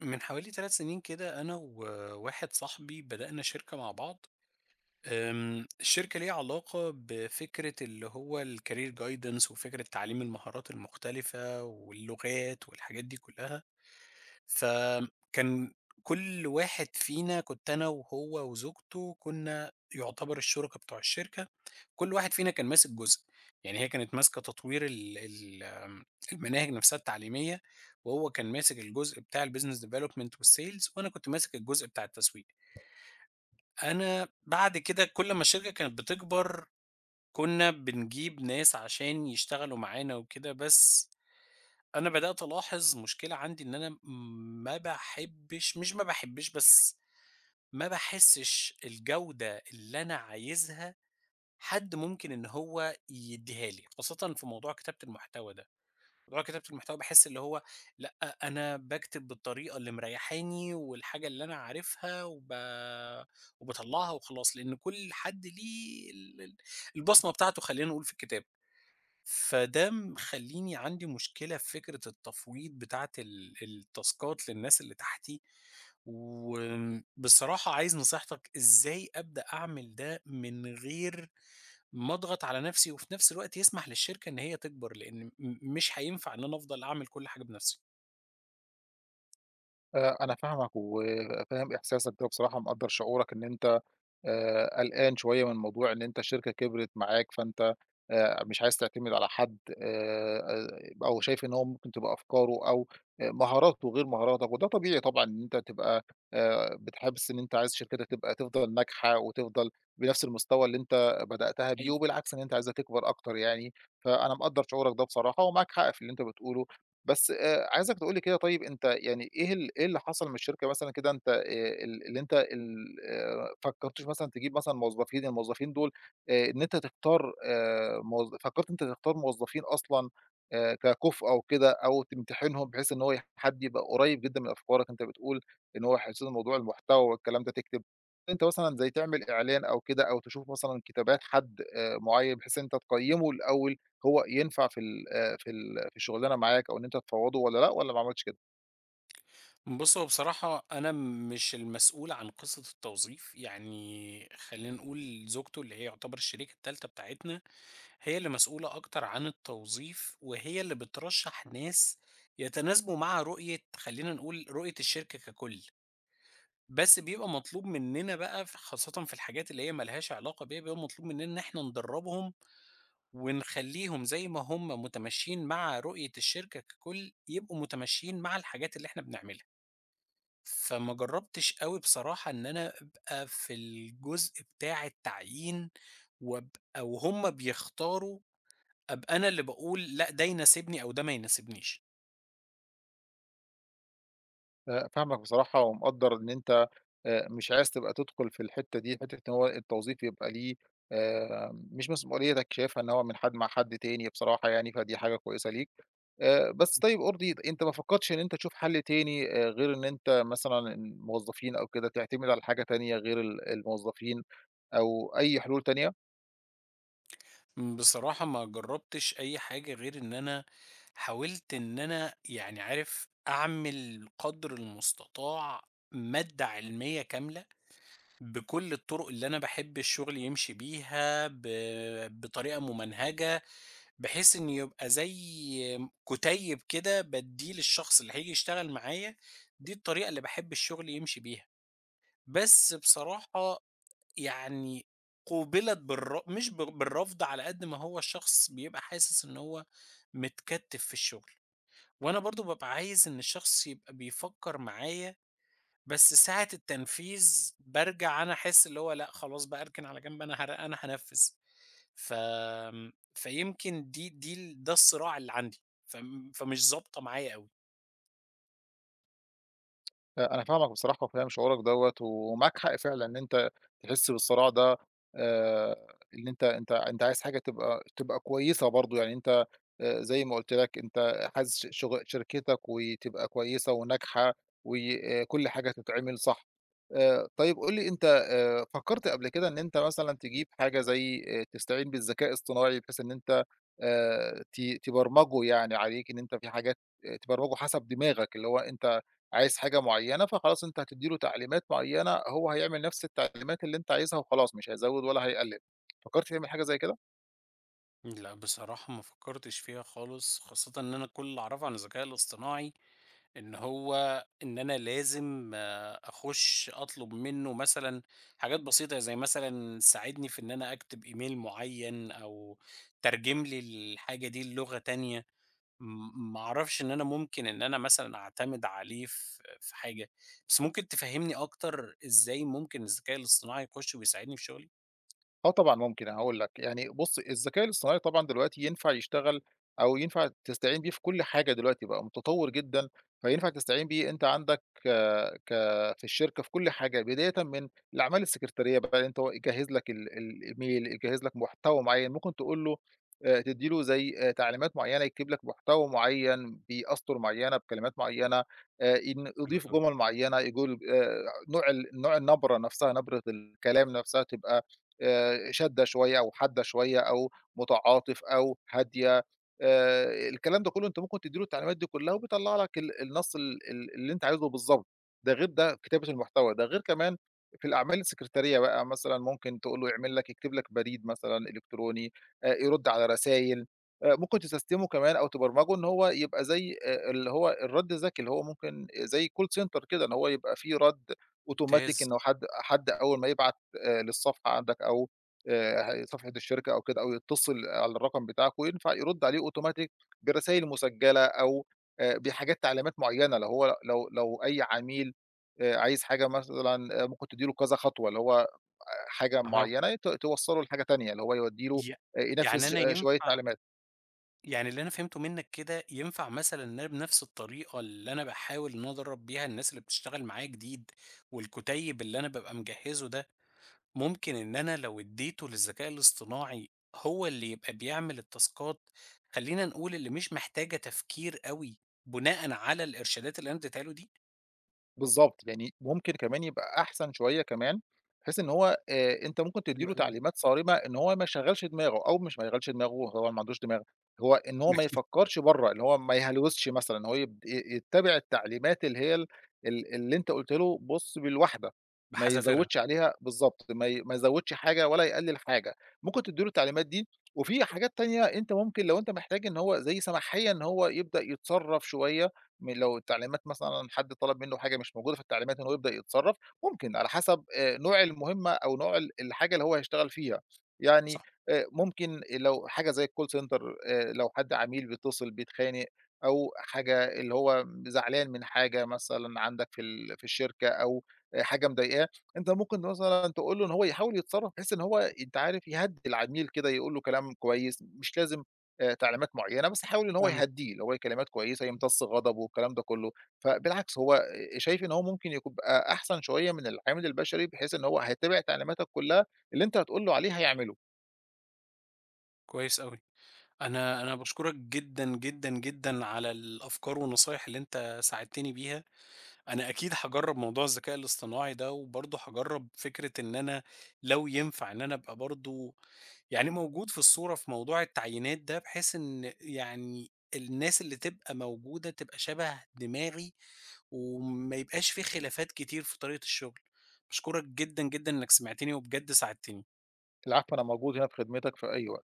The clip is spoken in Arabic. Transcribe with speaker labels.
Speaker 1: من حوالي 3 سنين كده أنا وواحد صاحبي بدأنا شركة مع بعض. الشركة ليها علاقة بفكرة اللي هو الcareer guidance وفكرة تعليم المهارات المختلفة واللغات والحاجات دي كلها. فكان كل واحد فينا، كنت أنا وهو وزوجته، كنا يعتبر الشركا بتوع الشركة. كل واحد فينا كان ماسك جزء. يعني هي كانت ماسكة تطوير ال ال آمم، المناهج نفسها التعليمية، وهو كان ماسك الجزء بتاع الbusiness development والsales، وأنا كنت ماسك الجزء بتاع التسويق. أنا بعد كده، كل ما الشركة كانت بتكبر كنا بنجيب ناس عشان يشتغلوا معانا وكده، بس أنا بدأت ألاحظ مشكلة عندي إن أنا ما باحبش مش ما باحبش، بس ما باحسش الجودة اللي أنا عايزها حد ممكن إن هو يدّيها لي، خاصةً في موضوع كتابة المحتوى ده. موضوع كتابة المحتوى باحس اللي هو لأ، أنا باكتب بالطريقة اللي مريحاني والحاجة اللي أنا عارفها، وباطلّعها وخلاص، لإن كل حد ليه ال ال البصمة بتاعته، خلّينا نقول، في الكتابة. فده مخلّيني عندي مشكلة في فكرة التفويض بتاعة التاسكات للناس اللي تحتي. بصراحة عايز نصيحتك إزاي أبدأ أعمل ده من غير ما أضغط على نفسي، وفي نفس الوقت يسمح للشركة إن هي تكبر، لإن مش هينفع إن أنا أفضل أعمل كل حاجة بنفسي.
Speaker 2: أنا فاهمك وفاهم إحساسك ده وبصراحة مقدّر شعورك إن أنت قلقان شوية من موضوع إن أنت الشركة كبرت معاك، فأنت مش عايز تعتمد على حد آآ، أو شايف إن هو ممكن تبقى أفكاره أو مهاراته غير مهاراتك، وده طبيعي طبعًا إن أنت تبقى بتحس إن أنت عايز شركتك تبقى تفضل ناجحة وتفضل بنفس المستوى اللي أنت بدأتها بيه،
Speaker 1: حقيقي.
Speaker 2: وبالعكس إن أنت عايزها تكبر أكتر يعني. فأنا مقدّر شعورك ده بصراحة ومعاك حق في اللي أنت بتقوله. بس عايزك تقول لي كده، طيب أنت يعني إيه إيه اللي حصل من الشركة مثلًا كده، أنت ال اللي أنت ال فكّرتش مثلًا تجيب مثلًا موظفين، الموظفين دول إن أنت تختار موظ فكّرت أنت تختار موظفين أصلًا ككُفء أو كده، أو تمتحنهم بحيث إن هو حد يبقى قريب جدًا من أفكارك؟ أنت بتقول إن هو هيشتغل موضوع المحتوى والكلام ده تكتب، أنت مثلًا زي تعمل إعلان أو كده، أو تشوف مثلًا كتابات حد معيّن بحيث إن أنت تقيّمه الأول هو ينفع في ال في ال في الشغلانة معاك، أو إن أنت تفوّضه والّا لأ، والّا ما عملتش كده؟
Speaker 1: بُص، هو بصراحة أنا مش المسؤول عن قصة التوظيف. يعني خلّينا نقول زوجته، اللي هي يعتبر الشريكة التالتة بتاعتنا، هي اللي مسؤولة أكتر عن التوظيف، وهي اللي بترشّح ناس يتناسبوا مع رؤية، خلّينا نقول رؤية الشركة ككُل. بس بيبقى مطلوب مننا بقى، خاصةً في الحاجات اللي هي ما لهاش علاقة بيّا، بيبقى مطلوب مننا إن إحنا ندرّبهم ونخلّيهم، زي ما هم متماشيين مع رؤية الشركة ككُل، يبقوا متماشيين مع الحاجات اللي إحنا بنعملها. فما جرّبتش أوي بصراحة إن أنا أبقى في الجزء بتاع التعيين، وأبقى وهُم بيختاروا، أبقى أنا اللي باقول لأ، ده يناسبني أو ده ما يناسبنيش.
Speaker 2: فاهمك بصراحة، ومقدّر إن أنت مش عايز تبقى تدخل في الحتّة دي، حتّة إن هو التوظيف يبقى ليه مش مسؤوليتك، شايفها إن هو من حد مع حد تاني بصراحة يعني، فدي حاجة كويسة ليك. بس طيب ارضي أنت ما فكّرتش إن أنت تشوف حل تاني غير إن أنت مثلًا الموظفين أو كده تعتمد على حاجة تانية غير الموظفين أو أي حلول تانية؟
Speaker 1: بصراحة ما جرّبتش أي حاجة غير إن أنا حاولت إن أنا، يعني عارف، أعمل قدر المستطاع مادة علمية كاملة بكل الطرق اللي أنا باحب الشغل يمشي بيها، بطريقة ممنهجة، بحيث إنه يبقى زي كُتيّب كده بادّيه للشخص اللي هييجي يشتغل معايا. دي الطريقة اللي باحب الشغل يمشي بيها. بس بصراحة، يعني قُوبلت بالر مش بال بالرفض على قد ما هو الشخص بيبقى حاسس إن هو متكتِّف في الشغل. وأنا برضه بابقى عايز إن الشخص يبقى بيفكّر معايا، بس ساعة التنفيذ بارجع أنا، أحس اللي هو لأ، خلاص بقى أركن على جنب، أنا هار أنا هانفذ. ف آمم، فيمكن دي دي ال ده الصراع اللي عندي، فمش ضابطة معايا أوي.
Speaker 2: أنا فاهمك بصراحة، وفاهم شعورك دوّة، ومعاك حق فعلًا إن أنت تحس بالصراع ده. آآ، إن أنت عايز حاجة تبقى كويسة برضه، يعني أنت زي ما قُلت لك أنت عايز ش شغ شركتك وتبقى كويسة وناجحة وكل حاجة تتعمل صح. طيب قُل لي أنت، فكرت قبل كده إن أنت مثلًا تجيب حاجة زي تستعين بالذكاء الاصطناعي بحيث إن أنت ت تبرمجه يعني عليك إن أنت في حاجات تبرمجه حسب دماغك، اللي هو أنت عايز حاجة معيّنة، فخلاص أنت هتدّي له تعليمات معيّنة، هو هيعمل نفس التعليمات اللي أنت عايزها وخلاص، مش هيزوّد ولا هيقلّل. فكّرت تعمل حاجة زي كده؟
Speaker 1: لأ، بصراحة ما فكرتش فيها خالص، خاصةً إن أنا كل اللي أعرفه عن الذكاء الاصطناعي إن هو إن أنا لازم أخش أطلب منه مثلًا حاجات بسيطة، زي مثلًا ساعدني في إن أنا أكتب إيميل معين، أو ترجم لي الحاجة دي للغة تانية. ما أعرفش إن أنا ممكن إن أنا مثلًا أعتمد عليه في حاجة، بس ممكن تفهّمني أكتر إزاي ممكن الذكاء الاصطناعي يخش ويساعدني في شغلي؟
Speaker 2: آه طبعًا ممكن، هاقول لك، يعني بُص الذكاء الاصطناعي طبعًا دلوقتي ينفع يشتغل أو ينفع تستعين بيه في كل حاجة دلوقتي، بقى متطوّر جدًا، فينفع تستعين بيه. أنت عندك آه، ك في الشركة في كل حاجة، بدايةً من الأعمال السكرتارية بقى، اللي أنت هو يجهّز لك الإيميل، يجهّز لك محتوى معيّن، ممكن تقول له تدّي له زي تعليمات معيّنة يكتب لك محتوى معيّن بأسطر معيّنة، بكلمات معيّنة، إن
Speaker 1: حلو
Speaker 2: أضيف
Speaker 1: أوي.
Speaker 2: جُمل معيّنة، يقول نوع نوع النبرة نفسها، نبرة الكلام نفسها تبقى شاده شوية أو حادة شوية أو متعاطف أو هادية. الكلام ده كله أنت ممكن تدّي له التعليمات دي كلها وبيطلّع لك ال النص ال ال اللي أنت عايزه بالضبط. ده غير ده كتابة المحتوى، ده غير كمان في الأعمال السكرتارية بقى، مثلًا ممكن تقول له يعمل لك، يكتب لك بريد مثلًا إلكتروني، يرد على رسايل. ممكن تسيستمه كمان، أو تبرمجه إن هو يبقى زي اللي هو الرد الذكي، اللي هو ممكن زي call center كده، إن هو يبقى في رد أوتوماتيك
Speaker 1: ممتاز.
Speaker 2: إنه حد أول ما يبعت للصفحة عندك، أو صفحة الشركة أو كده، أو يتصل على الرقم بتاعك وينفع يرُد عليه automatic برسايل مسجلة، أو بحاجات تعليمات معيّنة. لو هو لو لو أي عميل عايز حاجة مثلًا آه، ممكن تدّي له كذا خطوة، اللي هو آه، حاجة
Speaker 1: أها.
Speaker 2: معيّنة توصّله لحاجة تانية، اللي هو يودّي له
Speaker 1: ي
Speaker 2: ينفّذ
Speaker 1: يعني أنا
Speaker 2: آه، شوية
Speaker 1: ينفع،
Speaker 2: تعليمات.
Speaker 1: يعني اللي أنا فهمته منّك كده، ينفع مثلًا إن أنا بنفس الطريقة اللي أنا باحاول إن أنا أدرّب بيها الناس اللي بتشتغل معايا جديد، والكُتيب اللي أنا بابقى مجهّزه ده، ممكن إن أنا لو اديته للذكاء الاصطناعي هو اللي يبقى بيعمل التاسكات، خلّينا نقول اللي مش محتاجة تفكير أوي، بناءً على الإرشادات اللي أنا اديتها له دي؟
Speaker 2: بالضبط، يعني ممكن كمان يبقى أحسن شوية كمان، بحيث إن هو أنت ممكن تدّي
Speaker 1: حلو
Speaker 2: له
Speaker 1: أوي.
Speaker 2: تعليمات صارمة إن هو ما يشغّلش دماغه، أو مش ما يشغّلش دماغه هو ما عندوش دماغ، هو إن هو ما
Speaker 1: أكيد.
Speaker 2: يفكّرش برّه، اللي هو ما يهلوسش مثلًا، إن هو يب ي يتّبع التعليمات اللي هي ال ال اللي أنت قُلت له، بُص بالواحدة، ما
Speaker 1: بحذافيرها.
Speaker 2: يزوّدش عليها بالضبط، ما يزوّدش حاجة ولا يقلِّل حاجة، ممكن تدّي له التعليمات دي. وفي حاجات تانية أنت ممكن لو أنت محتاج إن هو زي سماحية إن هو يبدأ يتصرّف شوية، لو التعليمات مثلًا حد طلب منه حاجة مش موجودة في التعليمات إن هو يبدأ يتصرّف، ممكن على حسب نوع المهمة أو نوع الحاجة اللي هو هيشتغل فيها، يعني
Speaker 1: صح.
Speaker 2: ممكن لو حاجة زي الcall center، لو حد عميل بيتصل بيتخانق، أو حاجة اللي هو زعلان من حاجة مثلًا عندك في ال في الشركة، أو حاجة مضايقاه، أنت ممكن مثلًا تقول له إن هو يحاول يتصرّف بحيث إن هو أنت عارف يهدّي العميل كده، يقول له كلام كويس، مش لازم تعليمات معيّنة، بس حاول إن هو
Speaker 1: فاهمك.
Speaker 2: يهدّيه، اللي هو كلمات كويسة يمتص غضبه والكلام ده كلّه. فبالعكس هو شايف إن هو ممكن يكون بقى أحسن شوية من العامل البشري، بحيث إن هو هيتّبع تعليماتك كلّها، اللي أنت هتقول له عليها يعمله.
Speaker 1: كويس أوي. أنا باشكرك جدًا، جدًا، جدًا على الأفكار والنصايح اللي أنت ساعدتني بيها. أنا أكيد هاجرّب موضوع الذكاء الاصطناعي ده، وبرضه هاجرّب فكرة إن أنا، لو ينفع، إن أنا أبقى برضه يعني موجود في الصورة في موضوع التعيينات ده، بحيث إن يعني الناس اللي تبقى موجودة تبقى شبه دماغي، وما يبقاش في خلافات كتير في طريقة الشغل. باشكرك جدًا، جدًا إنك سمعتني، وبجد ساعدتني.
Speaker 2: العفو، أنا موجود هنا في خدمتك في أي وقت.